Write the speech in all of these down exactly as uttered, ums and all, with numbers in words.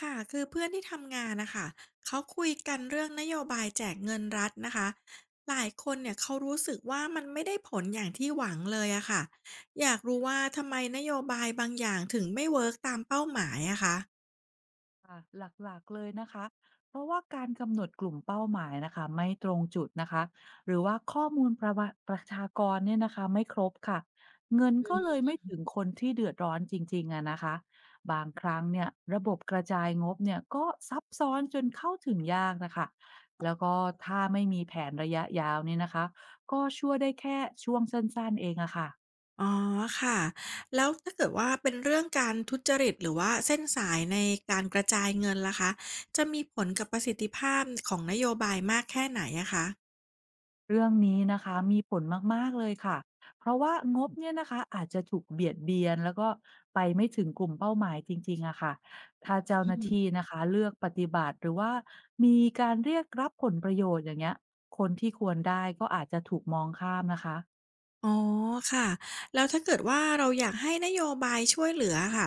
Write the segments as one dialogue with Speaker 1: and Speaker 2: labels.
Speaker 1: ค่ะ คือเพื่อนที่ทำงานนะคะเขาคุยกันเรื่องนโยบายแจกเงินรัฐนะคะ หลายคนเนี่ยเขารู้สึกว่ามันไม่ได้ผลอย่างที่หวังเลยอะค่ะ อยากรู้ว่าทำไมนโยบายบางอย่างถึงไม่เวิร์กตามเป้าหมายอะคะ
Speaker 2: ค่ะหลักๆเลยนะคะ เพราะว่าการกำหนดกลุ่มเป้าหมายนะคะไม่ตรงจุดนะคะ หรือว่าข้อมูลประวะประชากรเนี่ยนะคะไม่ครบค่ะ เงินก็เลยไม่ถึงคนที่เดือดร้อนจริงๆอะนะคะ บางครั้งเนี่ยระบบกระจายงบเนี่ยก็ซับซ้อนจนเข้าถึงยากนะคะแล้วก็ถ้าไม่มีแผนระยะยาวเนี่ยนะคะก็ช่วยได้แค่ช่วงสั้นๆเองอะค่ะ
Speaker 1: อ๋อค่ะแล้วถ้าเกิดว่าเป็นเรื่องการทุจริตหรือว่าเส้นสายในการกระจายเงินล่ะคะจะมีผลกับประสิทธิภาพของนโยบายมากแค่ไหนอะคะ
Speaker 2: เรื่องนี้นะคะมีผลมากๆเลยค่ะเพราะว่างบเนี่ยนะคะอาจจะถูกเบียดเบียนแล้วก็ไปไม่ถึงกลุ่มเป้าหมายจริงๆอะค่ะถ้าเจ้าหน้าที่นะคะเลือกปฏิบัติหรือว่ามีการเรียกรับผลประโยชน์อย่างเงี้ยคนที่ควรได้ก็อาจจะถูกมองข้ามนะคะ
Speaker 1: อ๋อค่ะแล้วถ้าเกิดว่าเราอยากให้นโยบายช่วยเหลือค่ะ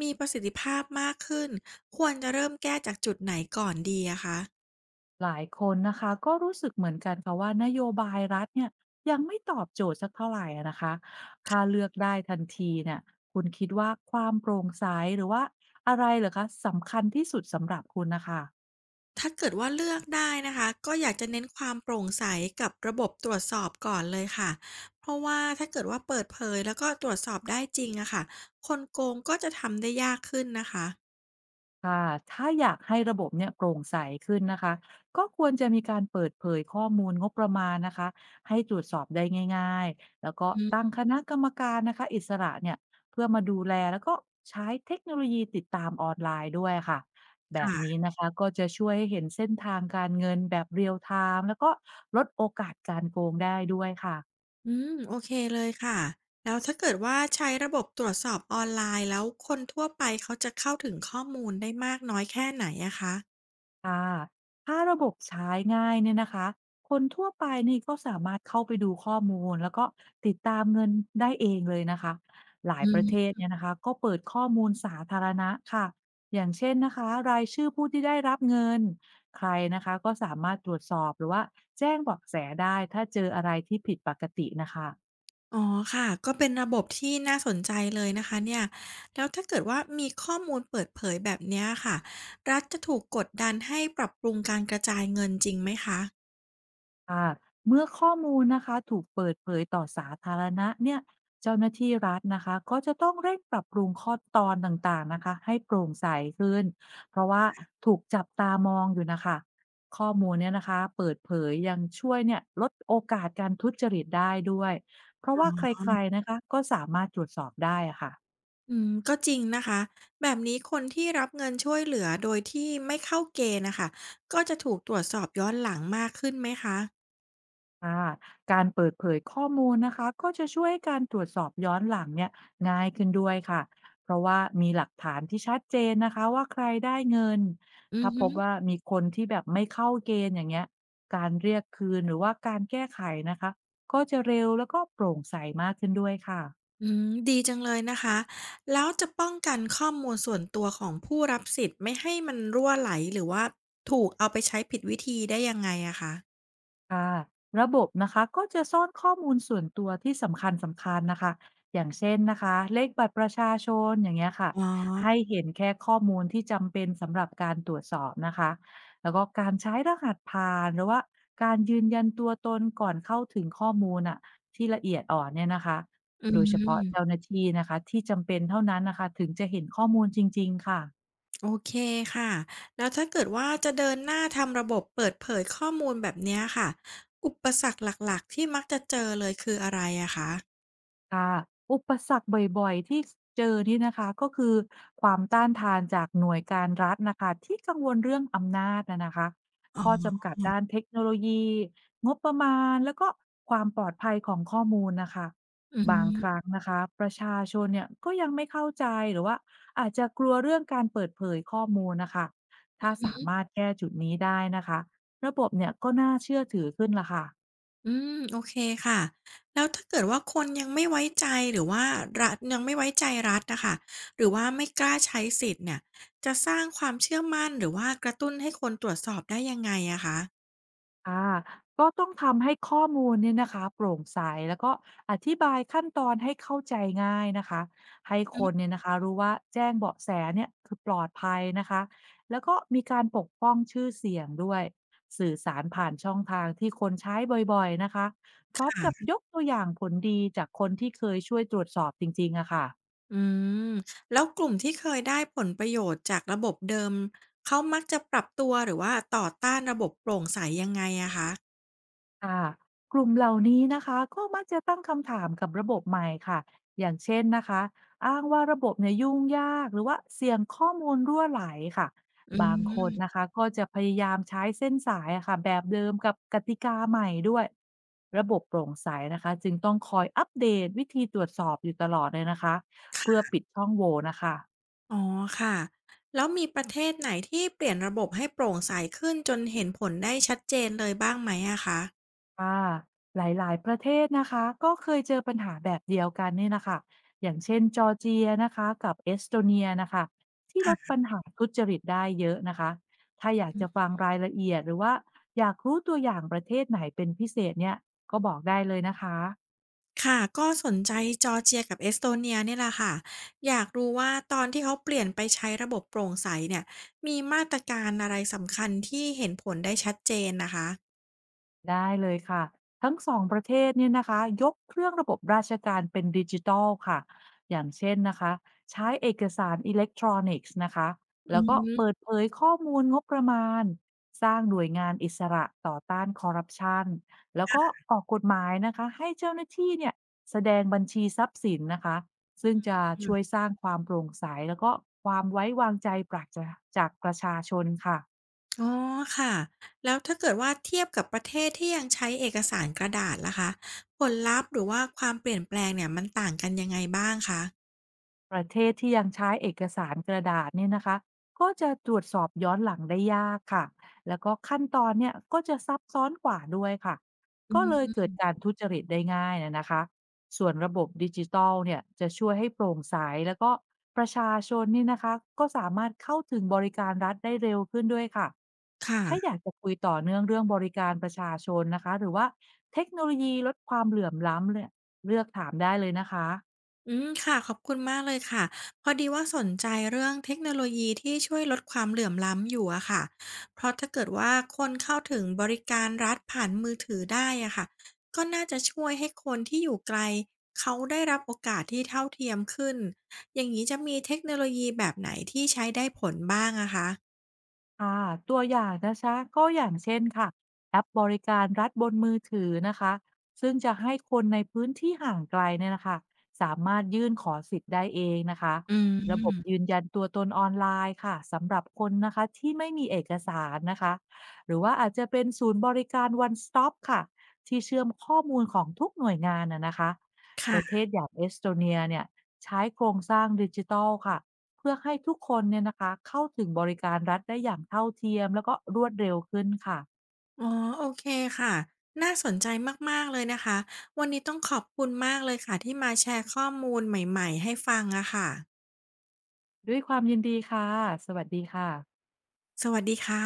Speaker 1: มีประสิทธิภาพมากขึ้นควรจะเริ่มแก้จากจุดไหนก่อนดีอะคะ
Speaker 2: หลายคนนะคะก็รู้สึกเหมือนกันค่ะว่านโยบายรัฐเนี่ยยังไม่ตอบโจทย์สักเท่าไหร่อะนะคะถ้าเลือกได้ทันทีเนี่ยคุณคิดว่าความโปร่งใสหรือว่าอะไรเหรอคะสำคัญที่สุดสำหรับคุณนะคะ
Speaker 1: ถ้าเกิดว่าเลือกได้นะคะก็อยากจะเน้นความโปร่งใสกับระบบตรวจสอบก่อนเลยค่ะเพราะว่าถ้าเกิดว่าเปิดเผยแล้วก็ตรวจสอบได้จริงอะค่ะคนโกงก็จะทำได้ยากขึ้นนะคะ
Speaker 2: ค่ะถ้าอยากให้ระบบเนี่ยโปร่งใสขึ้นนะคะ ก็ควรจะมีการเปิดเผยข้อมูลงบประมาณนะคะ ให้ตรวจสอบได้ง่ายๆ แล้วก็
Speaker 1: อื
Speaker 2: ตั้ง
Speaker 1: ม
Speaker 2: คณะกรรมการนะคะอิสระเนี่ย เพื่อมาดูแลแล้วก็ใช้เทคโนโลยีติดตามออนไลน์ด้วยค่ะ แบบนี้
Speaker 1: ค่ะ
Speaker 2: นะคะก็จะช่วยให้เห็นเส้นทางการเงินแบบเรียลไทม์แล้วก็ลดโอกาสการโกงได้ด้วยค่ะ
Speaker 1: อืมโอเคเลยค่ะแล้วถ้าเกิดว่าใช้ระบบตรวจสอบออนไลน์แล้วคนทั่วไปเขาจะเข้าถึงข้อมูลได้มากน้อยแค่ไหนอะคะ
Speaker 2: ค่ะถ้าระบบใช้ง่ายเนี่ยนะคะคนทั่วไปนี่ก็สามารถเข้าไปดูข้อมูลแล้วก็ติดตามเงินได้เองเลยนะคะหลาย
Speaker 1: อื
Speaker 2: ประ
Speaker 1: ม
Speaker 2: เทศเนี่ยนะคะก็เปิดข้อมูลสาธารณะค่ะอย่างเช่นนะคะรายชื่อผู้ที่ได้รับเงินใครนะคะก็สามารถตรวจสอบหรือว่าแจ้งเบาะแสได้ถ้าเจออะไรที่ผิดปกตินะคะ
Speaker 1: อ๋อค่ะก็เป็นระบบที่น่าสนใจเลยนะคะเนี่ยแล้วถ้าเกิดว่ามีข้อมูลเปิดเผยแบบเนี้ยค่ะรัฐจะถูกกดดันให้ปรับปรุงการกระจายเงินจริงไหมคะ
Speaker 2: ค่ะเมื่อข้อมูลนะคะถูกเปิดเผยต่อสาธารณะเนี่ยเจ้าหน้าที่รัฐนะคะก็จะต้องเร่งปรับปรุงข้อตอนต่างๆนะคะให้โปร่งใสขึ้นเพราะว่าถูกจับตามองอยู่นะคะข้อมูลเนี่ยนะคะเปิดเผยยังช่วยเนี่ยลดโอกาสการทุจริตได้ด้วยเพราะว่าใครๆนะคะก็สามารถตรวจสอบได้อะค่ะ
Speaker 1: อืมก็จริงนะคะแบบนี้คนที่รับเงินช่วยเหลือโดยที่ไม่เข้าเกณฑ์นะคะก็จะถูกตรวจสอบย้อนหลังมากขึ้นไหมคะ
Speaker 2: ค่ะการเปิดเผยข้อมูลนะคะก็จะช่วยให้การตรวจสอบย้อนหลังเนี่ยง่ายขึ้นด้วยค่ะเพราะว่ามีหลักฐานที่ชัดเจนนะคะว่าใครได้เงิน
Speaker 1: อื
Speaker 2: ถ้าพบว่า
Speaker 1: ม
Speaker 2: มีคนที่แบบไม่เข้าเกณฑ์อย่างเงี้ยการเรียกคืนหรือว่าการแก้ไขนะคะก็จะเร็วแล้วก็โปร่งใสมากขึ้นด้วยค่ะ
Speaker 1: อืมดีจังเลยนะคะแล้วจะป้องกันข้อมูลส่วนตัวของผู้รับสิทธิ์ไม่ให้มันรั่วไหลหรือว่าถูกเอาไปใช้ผิดวิธีได้ยังไงอะคะ
Speaker 2: ค่ะระบบนะคะก็จะซ่อนข้อมูลส่วนตัวที่สำคัญสำคัญนะคะอย่างเช่นนะคะเลขบัตรประชาชนอย่างเงี้ยค่ะ
Speaker 1: อ๋อ
Speaker 2: ให้เห็นแค่ข้อมูลที่จำเป็นสำหรับการตรวจสอบนะคะแล้วก็การใช้รหัสผ่านหรือว่าการยืนยันตัวตนก่อนเข้าถึงข้อมูลอะที่ละเอียดอ่อนเนี่ยนะคะ
Speaker 1: อื
Speaker 2: โดยเฉพาะเจ้า
Speaker 1: ม
Speaker 2: หน้าที่นะคะที่จำเป็นเท่านั้นนะคะถึงจะเห็นข้อมูลจริงๆค่ะ
Speaker 1: โอเคค่ะแล้วถ้าเกิดว่าจะเดินหน้าทำระบบเปิดเผยข้อมูลแบบเนี้ยค่ะอุปสรรคหลักๆที่มักจะเจอเลยคืออะไรอะคะ
Speaker 2: ค่ะอุปสรรคบ่อยๆที่สเจอนี่นะคะก็คือความต้านทานจากหน่วยการรัฐน่ะค่ะที่กังวลเรื่องอำนาจอะนะคะข้อจำกัดด้านเทคโนโลยีงบประมาณแล้วก็ความปลอดภัยของข้อมูลน่ะค่ะ
Speaker 1: อื
Speaker 2: บางครั้
Speaker 1: ม
Speaker 2: งนะคะประชาชนเนี่ยก็ยังไม่เข้าใจหรือว่าอาจจะกลัวเรื่องการเปิดเผยข้อมูลน่ะค่ะถ้าสามารถแก้จุดนี้ได้นะคะระบบเนี่ยก็น่าเชื่อถือขึ้นล่ะค่ะ
Speaker 1: อืมโอเคค่ะแล้วถ้าเกิดว่าคนยังไม่ไว้ใจหรือว่ารัฐยังไม่ไว้ใจรัฐนะค่ะหรือว่าไม่กล้าใช้สิทธิ์เนี่ยจะสร้างความเชื่อมั่นหรือว่ากระตุ้นให้คนตรวจสอบได้ยังไงอะคะ
Speaker 2: ค่ะก็ต้องทำให้ข้อมูลเนี่ยนะคะโปร่งใสแล้วก็อธิบายขั้นตอนให้เข้าใจง่ายนะคะให้ค
Speaker 1: อื
Speaker 2: นเนี่
Speaker 1: ม
Speaker 2: ยนะคะรู้ว่าแจ้งเบาะแสเนี่ยคือปลอดภัยนะคะแล้วก็มีการปกป้องชื่อเสียงด้วยสื่อสารผ่านช่องทางที่คนใช้บ่อยๆนะคะพ
Speaker 1: ค
Speaker 2: ร้อมกับ
Speaker 1: ่ะ
Speaker 2: ยกตัวอย่างผลดีจากคนที่เคยช่วยตรวจสอบจริงๆอะค่ะ
Speaker 1: อืมแล้วกลุ่มที่เคยได้ผลประโยชน์จากระบบเดิมเขามักจะปรับตัวหรือว่าต่อต้านระบบโปร่งใสยังไงอะคะ
Speaker 2: ค่ะกลุ่มเหล่านี้นะคะก็มักจะตั้งคำถามกับระบบใหม่ค่ะอย่างเช่นนะคะอ้างว่าระบบเนี่ยยุ่งยากหรือว่าเสี่ยงข้อมูลรั่วไหลค่ะ
Speaker 1: อื
Speaker 2: บางคนนะ
Speaker 1: ม
Speaker 2: คะก็จะพยายามใช้เส้นสายอะค่ะแบบเดิมกับกติกาใหม่ด้วยระบบโปร่งใสนะคะจึงต้องคอยอัปเดตวิธีตรวจสอบอยู่ตลอดเลยนะคะเพื่อปิดช่องโหว่นะคะ
Speaker 1: อ๋อค่ะแล้วมีประเทศไหนที่เปลี่ยนระบบให้โปร่งใสขึ้นจนเห็นผลได้ชัดเจนเลยบ้างไหมอะคะ
Speaker 2: ค่ะหลายๆ ประเทศนะคะก็เคยเจอปัญหาแบบเดียวกันนี่นะคะอย่างเช่นจอร์เจียนะคะกับเอสโตเนียนะคะที่ลด
Speaker 1: ค่ะ
Speaker 2: ปัญหาทุจริตได้เยอะนะคะถ้าอยาก
Speaker 1: อื
Speaker 2: จะ
Speaker 1: ม
Speaker 2: ฟังรายละเอียดหรือว่าอยากรู้ตัวอย่างประเทศไหนเป็นพิเศษเนี่ยก็บอกได้เลยนะคะ
Speaker 1: ค่ะก็สนใจจอร์เจียกับเอสโตเนียเนี่ยแหละค่ะอยากรู้ว่าตอนที่เขาเปลี่ยนไปใช้ระบบโปร่งใสเนี่ยมีมาตรการอะไรสำคัญที่เห็นผลได้ชัดเจนนะคะ
Speaker 2: ได้เลยค่ะทั้งสองประเทศเนี่ยนะคะยกเครื่องระบบราชการเป็นดิจิทัลค่ะอย่างเช่นนะคะใช้เอกสารอิเล็กทรอนิกส์นะคะ
Speaker 1: อื
Speaker 2: แล้วก็เปิด
Speaker 1: ม
Speaker 2: เผยข้อมูลงบประมาณสร้างหน่วยงานอิสระต่อต้านคอร์รัปชันแล้วก็ออกกฎหมายนะคะให้เจ้าหน้าที่เนี่ยแสดงบัญชีทรัพย์สินนะคะซึ่งจะ
Speaker 1: อื
Speaker 2: ช่วย
Speaker 1: ม
Speaker 2: สร้างความโปร่งใสแล้วก็ความไว้วางใจปราศจากประชาชนค่ะ
Speaker 1: อ๋อค่ะแล้วถ้าเกิดว่าเทียบกับประเทศที่ยังใช้เอกสารกระดาษล่ะคะผลลัพธ์หรือว่าความเปลี่ยนแปลงเนี่ยมันต่างกันยังไงบ้างค
Speaker 2: ประเทศที่ยังใช้เอกสารกระดาษเนี่ยนะคะก็จะตรวจสอบย้อนหลังได้ยากค่ะแล้วก็ขั้นตอนเนี่ยก็จะซับซ้อนกว่าด้วยค่ะก็เลย
Speaker 1: ะ
Speaker 2: เกิดการทุจริตได้ง่ายนะนะคะส่วนระบบดิจิตอลเนี่ยจะช่วยให้โปร่งใสแล้วก็ประชาชนนี่นะคะก็สามารถเข้าถึงบริการรัฐได้เร็วขึ้นด้วยค่ะถ้าอ
Speaker 1: ค่ะ
Speaker 2: ยากจะคุยต่อเนื่องเรื่องบริการประชาชนนะคะหรือว่าเทคโนโลยีลดความเหลื่อมล้ำเนี่ยเลือกถามได้เลยนะคะ
Speaker 1: อืมค่ะ ขอบคุณมากเลยค่ะพอดีว่าสนใจเรื่องเทคโนโลยีที่ช่วยลดความเหลื่อมล้ำอยู่อะค่ะเพราะถ้าเกิดว่าคนเข้าถึงบริการรัฐผ่านมือถือได้อะค่ะ ก็น่าจะช่วยให้คนที่อยู่ไกลเขาได้รับโอกาสที่เท่าเทียมขึ้น อย่างนี้จะมีเทคโนโลยีแบบไหนที่ใช้ได้ผลบ้างอะคะ
Speaker 2: ค่ะตัวอย่างนะคะก็อย่างเช่นค่ะแอปบริการรัฐบนมือถือนะคะซึ่งจะให้คนในพื้นที่ห่างไกลเนี่ยนะคะสามารถยื่นขอสิทธิ์ได้เองนะคะ
Speaker 1: อื
Speaker 2: ระบบยื
Speaker 1: ม
Speaker 2: นยันตัวตนออนไลน์ค่ะสำหรับคนนะคะที่ไม่มีเอกสารนะคะหรือว่าอาจจะเป็นศูนย์บริการ วัน สตอป ค่ะที่เชื่อมข้อมูลของทุกหน่วยงานนะนะคะประเท
Speaker 1: ค่ะ
Speaker 2: ศอย่างเอสโตเนียเนี่ยใช้โครงสร้างดิจิทัลค่ะ เพื่อให้ทุกคนเนี่ยนะคะเข้าถึงบริการรัฐได้อย่างเท่าเทียมแล้วก็รวดเร็วขึ้นค่ะ
Speaker 1: อ๋อโอเคค่ะน่าสนใจมากๆเลยนะคะวันนี้ต้องขอบคุณมากเลยค่ะที่มาแชร์ข้อมูลใหม่ๆให้ฟังอะค่ะ
Speaker 2: ด้วยความยินดีค่ะสวัสดีค่ะ
Speaker 1: สวัสดีค่ะ